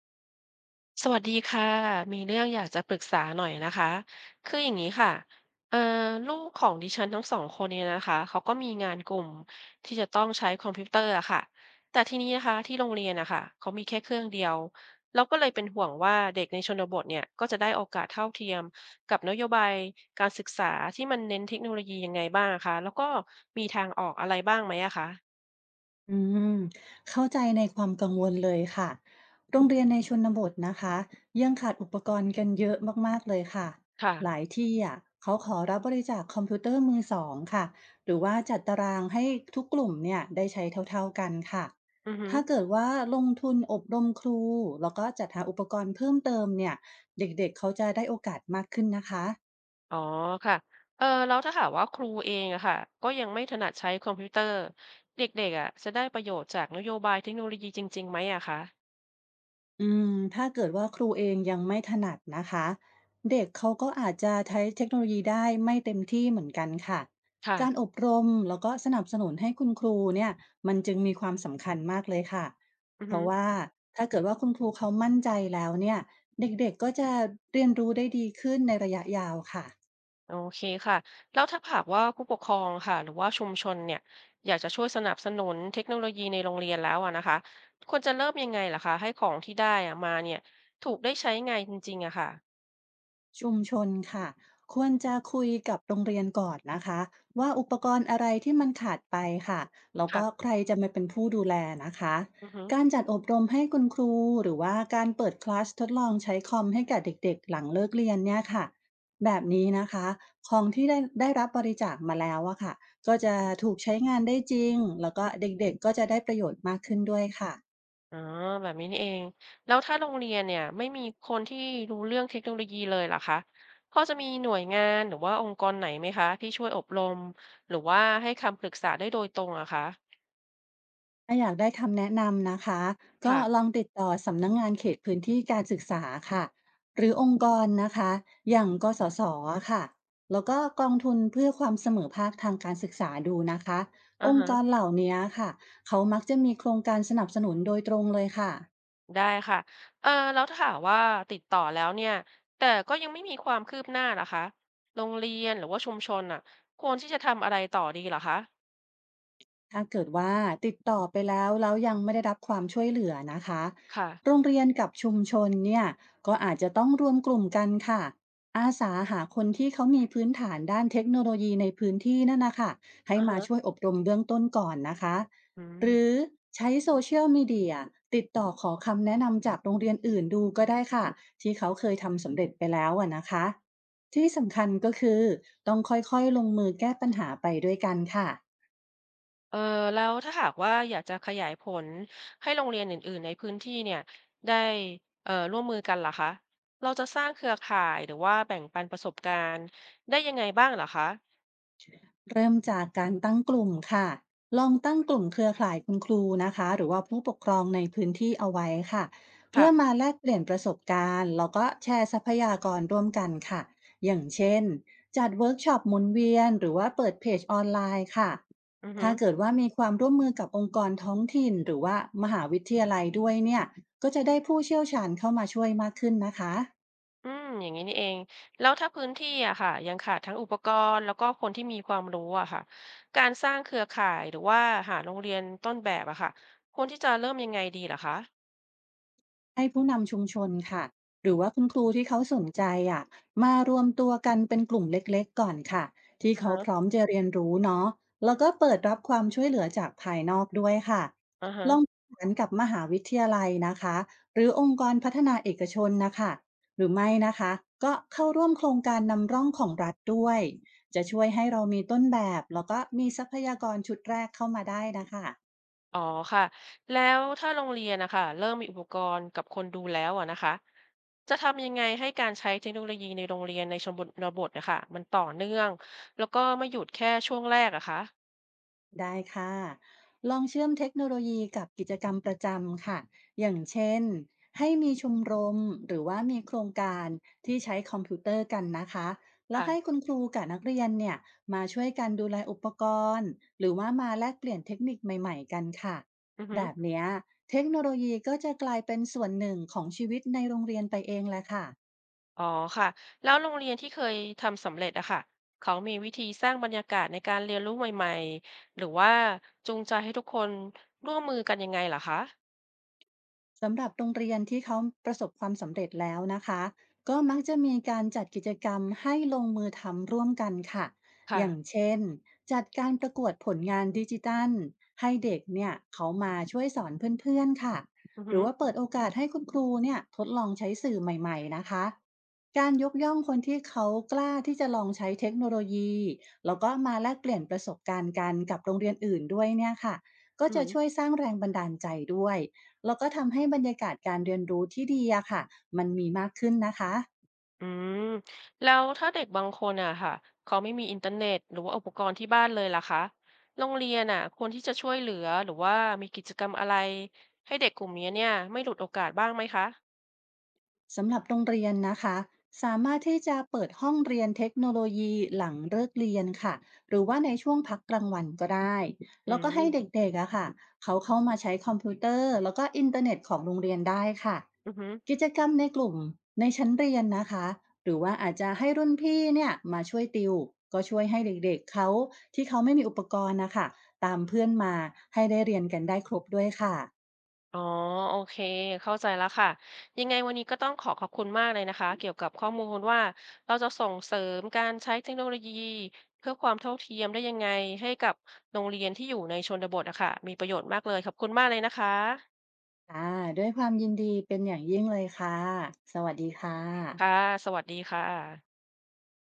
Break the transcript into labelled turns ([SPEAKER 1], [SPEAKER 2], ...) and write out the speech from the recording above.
[SPEAKER 1] สวัสดีค่ะมีเรื่องอยากจะปรึกษาหน่อยนะคะคืออย่างนี้ค่ะเอ่อลูกของดิฉันทั้งสองคนเนี่ยนะคะเขาก็มีงานกลุ่มที่จะต้องใช้คอมพิวเตอร์อะค่ะแต่ทีนี้นะคะที่โรงเรียนนะคะเขามีแค่เครื่องเดียวเราก็เลยเป็นห่วงว่าเด็กในชนบทเนี่ยก็จะได้โอกาสเท่าเทียมกับนโยบายการศึกษาที่มันเน้นเทคโนโลยียังไงบ้างอะคะแล้วก็มีทางออกอะไรบ้างไหมอะคะ
[SPEAKER 2] อืมเข้าใจในความกังวลเลยค่ะโรงเรียนในชนบทนะคะยังขาดอุปกรณ์กันเยอะมากๆเลยค่ะ
[SPEAKER 1] ค่ะ
[SPEAKER 2] หลายที่อ่ะเขาขอรับบริจาคคอมพิวเตอร์มือสองค่ะ หรือว่าจัดตารางให้ทุกกลุ่มเนี่ยได้ใช้เท่าๆกันค่ะ
[SPEAKER 1] อือฮึ
[SPEAKER 2] ถ้าเกิดว่าลงทุนอบรมครูแล้วก็จัดหาอุปกรณ์เพิ่มเติมเนี่ยเด็กๆเขาจะได้โอกาสมากขึ้นนะคะ
[SPEAKER 1] อ๋อค่ะเออแล้วถ้าหากว่าครูเองอะค่ะก็ยังไม่ถนัดใช้คอมพิวเตอร์เด็กๆอะจะได้ประโยชน์จากนโยบายเทคโนโลยีจริงๆไหมอะคะ
[SPEAKER 2] ถ้าเกิดว่าครูเองยังไม่ถนัดนะคะเด็กเขาก็อาจจะใช้เทคโนโลยีได้ไม่เต็มที่เหมือนกันค่ะการ
[SPEAKER 1] ค่ะ
[SPEAKER 2] อบรมแล้วก็สนับสนุนให้คุณครูเนี่ยมันจึงมีความสำคัญมากเลยค่ะ
[SPEAKER 1] อือ
[SPEAKER 2] เพ
[SPEAKER 1] ฮึ
[SPEAKER 2] ราะว่าถ้าเกิดว่าคุณครูเขามั่นใจแล้วเนี่ยเด็กๆก็จะเรียนรู้ได้ดีขึ้นในระยะยาวค่ะ
[SPEAKER 1] โอเคค่ะแล้วถ้าหากว่าผู้ปกครองค่ะหรือว่าชุมชนเนี่ยอยากจะช่วยสนับสนุนเทคโนโลยีในโรงเรียนแล้วอะนะคะควรจะเริ่มยังไงล่ะคะให้ของที่ได้อะมาเนี่ยถูกได้ใช้งานจริงๆอะค่ะ
[SPEAKER 2] ชุมชนค่ะควรจะคุยกับโรงเรียนก่อนนะคะว่าอุปกรณ์อะไรที่มันขาดไปค่ะแล้วก็
[SPEAKER 1] ค่ะ
[SPEAKER 2] ใครจะมาเป็นผู้ดูแลนะคะ
[SPEAKER 1] อือฮึ
[SPEAKER 2] การจัดอบรมให้คุณครูหรือว่าการเปิดคลาสทดลองใช้คอมให้กับเด็กๆหลังเลิกเรียนเนี่ยค่ะแบบนี้นะคะของที่ได้รับบริจาคมาแล้วอะค่ะก็จะถูกใช้งานได้จริงแล้วก็เด็กๆก็จะได้ประโยชน์มากขึ้นด้วยค่ะ
[SPEAKER 1] อ๋อแบบนี้นี่เองแล้วถ้าโรงเรียนเนี่ยไม่มีคนที่รู้เรื่องเทคโนโลยีเลยล่ะคะพอจะมีหน่วยงานหรือว่าองค์กรไหนไหมคะที่ช่วยอบรมหรือว่าให้คำปรึกษาได้โดยตรงอะคะ
[SPEAKER 2] ถ้าอยากได้คำแนะนำนะคะก็ล
[SPEAKER 1] ค่ะ
[SPEAKER 2] องติดต่อสำนักงงานเขตพื้นที่การศึกษาค่ะหรือองค์กรนะคะอย่างกสศอะค่ะแล้วก็กองทุนเพื่อความเสมอภาคทางการศึกษาดูนะคะ
[SPEAKER 1] อ่า
[SPEAKER 2] องค์
[SPEAKER 1] ฮะ
[SPEAKER 2] กรเหล่านี้ค่ะเขามักจะมีโครงการสนับสนุนโดยตรงเลยค่ะ
[SPEAKER 1] ได้ค่ะเออแล้วถ้าหากว่าติดต่อแล้วเนี่ยแต่ก็ยังไม่มีความคืบหน้าล่ะคะโรงเรียนหรือว่าชุมชนอะควรที่จะทำอะไรต่อดีล่ะคะ
[SPEAKER 2] ถ้าเกิดว่าติดต่อไปแล้วยังไม่ได้รับความช่วยเหลือนะคะ
[SPEAKER 1] ค่ะ
[SPEAKER 2] โรงเรียนกับชุมชนเนี่ยก็อาจจะต้องรวมกลุ่มกันค่ะอาสาหาคนที่เขามีพื้นฐานด้านเทคโนโลยีในพื้นที่นั่นนะคะให้
[SPEAKER 1] อ่า
[SPEAKER 2] มาช่วย
[SPEAKER 1] ฮะ
[SPEAKER 2] อบรมเบื้องต้นก่อนนะคะ
[SPEAKER 1] อื
[SPEAKER 2] ห
[SPEAKER 1] ม
[SPEAKER 2] รือใช้โซเชียลมีเดียติดต่อขอคำแนะนำจากโรงเรียนอื่นดูก็ได้ค่ะที่เขาเคยทำสำเร็จไปแล้วอะนะคะที่สำคัญก็คือต้องค่อยๆลงมือแก้ปัญหาไปด้วยกันค่ะ
[SPEAKER 1] เออแล้วถ้าหากว่าอยากจะขยายผลให้โรงเรียนอื่นๆในพื้นที่เนี่ยได้ร่วมมือกันเหรอคะเราจะสร้างเครือข่ายหรือว่าแบ่งปันประสบการณ์ได้ยังไงบ้างเหรอคะ
[SPEAKER 2] เริ่มจากการตั้งกลุ่มค่ะลองตั้งกลุ่มเครือข่ายคุณครูนะคะหรือว่าผู้ปกครองในพื้นที่เอาไว้ค่ะเพื่อมา
[SPEAKER 1] ค่ะ
[SPEAKER 2] แลกเปลี่ยนประสบการณ์แล้วก็แชร์ทรัพยากรร่วมกันค่ะอย่างเช่นจัดเวิร์กช็อปหมุนเวียนหรือว่าเปิดเพจออนไลน์ค่ะ
[SPEAKER 1] อือฮึ
[SPEAKER 2] ถ้าเกิดว่ามีความร่วมมือกับองค์กรท้องถิ่นหรือว่ามหาวิทยาลัยด้วยเนี่ยก็จะได้ผู้เชี่ยวชาญเข้ามาช่วยมากขึ้นนะคะ
[SPEAKER 1] อืมอย่างนี้นี่เองแล้วถ้าพื้นที่อะค่ะยังขาดทั้งอุปกรณ์แล้วก็คนที่มีความรู้อะค่ะการสร้างเครือข่ายหรือว่าหาโรงเรียนต้นแบบอะค่ะควรที่จะเริ่มยังไงดีเหรอคะ
[SPEAKER 2] ให้ผู้นำชุมชนค่ะหรือว่าคุณครูที่เขาสนใจอ่ะมารวมตัวกันเป็นกลุ่มเล็กๆก่อนค่ะที่
[SPEAKER 1] อ่า
[SPEAKER 2] เขา
[SPEAKER 1] ฮะ
[SPEAKER 2] พร้อมจะเรียนรู้เนาะแล้วก็เปิดรับความช่วยเหลือจากภายนอกด้วยค่ะ
[SPEAKER 1] อ่าฮะ
[SPEAKER 2] ลองประสานกับมหาวิทยาลัยนะคะหรือองค์กรพัฒนาเอกชนนะคะหรือไม่นะคะก็เข้าร่วมโครงการนำร่องของรัฐด้วยจะช่วยให้เรามีต้นแบบแล้วก็มีทรัพยากรชุดแรกเข้ามาได้นะคะ
[SPEAKER 1] อ๋อค่ะแล้วถ้าโรงเรียนนะคะเริ่มมีอุปกรณ์กับคนดูแล้วอะนะคะจะทำยังไงให้การใช้เทคโนโลยีในโรงเรียนในชนบทนะคะมันต่อเนื่องแล้วก็ไม่หยุดแค่ช่วงแรกอะคะ
[SPEAKER 2] ได้ค่ะลองเชื่อมเทคโนโลยีกับกิจกรรมประจำค่ะ อย่างเช่น ให้มีชมรมหรือว่ามีโครงการที่ใช้คอมพิวเตอร์กันนะคะ แล้วให้
[SPEAKER 1] ค่ะ
[SPEAKER 2] คุณครูกับนักเรียนเนี่ยมาช่วยกันดูแลอุปกรณ์ หรือว่ามาแลกเปลี่ยนเทคนิคใหม่ๆกันค่ะ
[SPEAKER 1] อือฮึ
[SPEAKER 2] แบบเนี้ยเทคโนโลยีก็จะกลายเป็นส่วนหนึ่งของชีวิตในโรงเรียนไปเองแหละค่ะ
[SPEAKER 1] อ๋อค่ะแล้วโรงเรียนที่เคยทำสำเร็จอะค่ะเขามีวิธีสร้างบรรยากาศในการเรียนรู้ใหม่ๆหรือว่าจูงใจให้ทุกคนร่วมมือกันยังไงเหรอคะ
[SPEAKER 2] สำหรับโรงเรียนที่เขาประสบความสำเร็จแล้วนะคะก็มักจะมีการจัดกิจกรรมให้ลงมือทำร่วมกันค่ะ
[SPEAKER 1] ค่ะ
[SPEAKER 2] อย่างเช่นจัดการประกวดผลงานดิจิตัลให้เด็กเนี่ยเขามาช่วยสอนเพื่อนๆค่ะ
[SPEAKER 1] อือ
[SPEAKER 2] ห
[SPEAKER 1] ฮึ
[SPEAKER 2] รือว่าเปิดโอกาสให้คุณครูเนี่ยทดลองใช้สื่อใหม่ๆนะคะการยกย่องคนที่เขากล้าที่จะลองใช้เทคโนโลยีแล้วก็มาแลกเปลี่ยนประสบการณ์กันกับโรงเรียนอื่นด้วยเนี่ยค่ะก็
[SPEAKER 1] อือ
[SPEAKER 2] จะ
[SPEAKER 1] ฮึ
[SPEAKER 2] ช่วยสร้างแรงบันดาลใจด้วย แล้วก็ทำให้บรรยากาศการเรียนรู้ที่ดีอะค่ะ มันมีมากขึ้นนะคะ
[SPEAKER 1] อืมแล้วถ้าเด็กบางคนอะค่ะเขาไม่มีอินเทอร์เน็ตหรือว่าอุปกรณ์ที่บ้านเลยล่ะคะโรงเรียนอะควรที่จะช่วยเหลือหรือว่ามีกิจกรรมอะไรให้เด็กกลุ่มนี้เนี่ยไม่หลุดโอกาสบ้างไหมคะ
[SPEAKER 2] สำหรับโรงเรียนนะคะสามารถที่จะเปิดห้องเรียนเทคโนโลยีหลังเลิกเรียนค่ะหรือว่าในช่วงพักกลางวันก็ได้
[SPEAKER 1] อื
[SPEAKER 2] แล้วก็ให้
[SPEAKER 1] ม
[SPEAKER 2] เด็กๆอะค่ะเขาเข้ามาใช้คอมพิวเตอร์แล้วก็อินเทอร์เน็ตของโรงเรียนได้ค่ะ
[SPEAKER 1] อือฮึ
[SPEAKER 2] กิจกรรมในกลุ่มในชั้นเรียนนะคะหรือว่าอาจจะให้รุ่นพี่เนี่ยมาช่วยติวก็ช่วยให้เด็กๆเขาที่เขาไม่มีอุปกรณ์นะคะตามเพื่อนมาให้ได้เรียนกันได้ครบด้วยค่ะ
[SPEAKER 1] อ๋อโอเคเข้าใจแล้วค่ะยังไงวันนี้ก็ต้องขอขอบคุณมากเลยนะคะเกี่ยวกับข้อมูลว่าเราจะส่งเสริมการใช้เทคโนโลยีเพื่อความเท่าเทียมได้ยังไงให้กับโรงเรียนที่อยู่ในชนบทอะค่ะมีประโยชน์มากเลยขอบคุณมากเลยนะคะ
[SPEAKER 2] ค่ะด้วยความยินดีเป็นอย่างยิ่งเลยค่ะ สวัสดีค่ะ
[SPEAKER 1] ค่ะสวัสดีค่ะ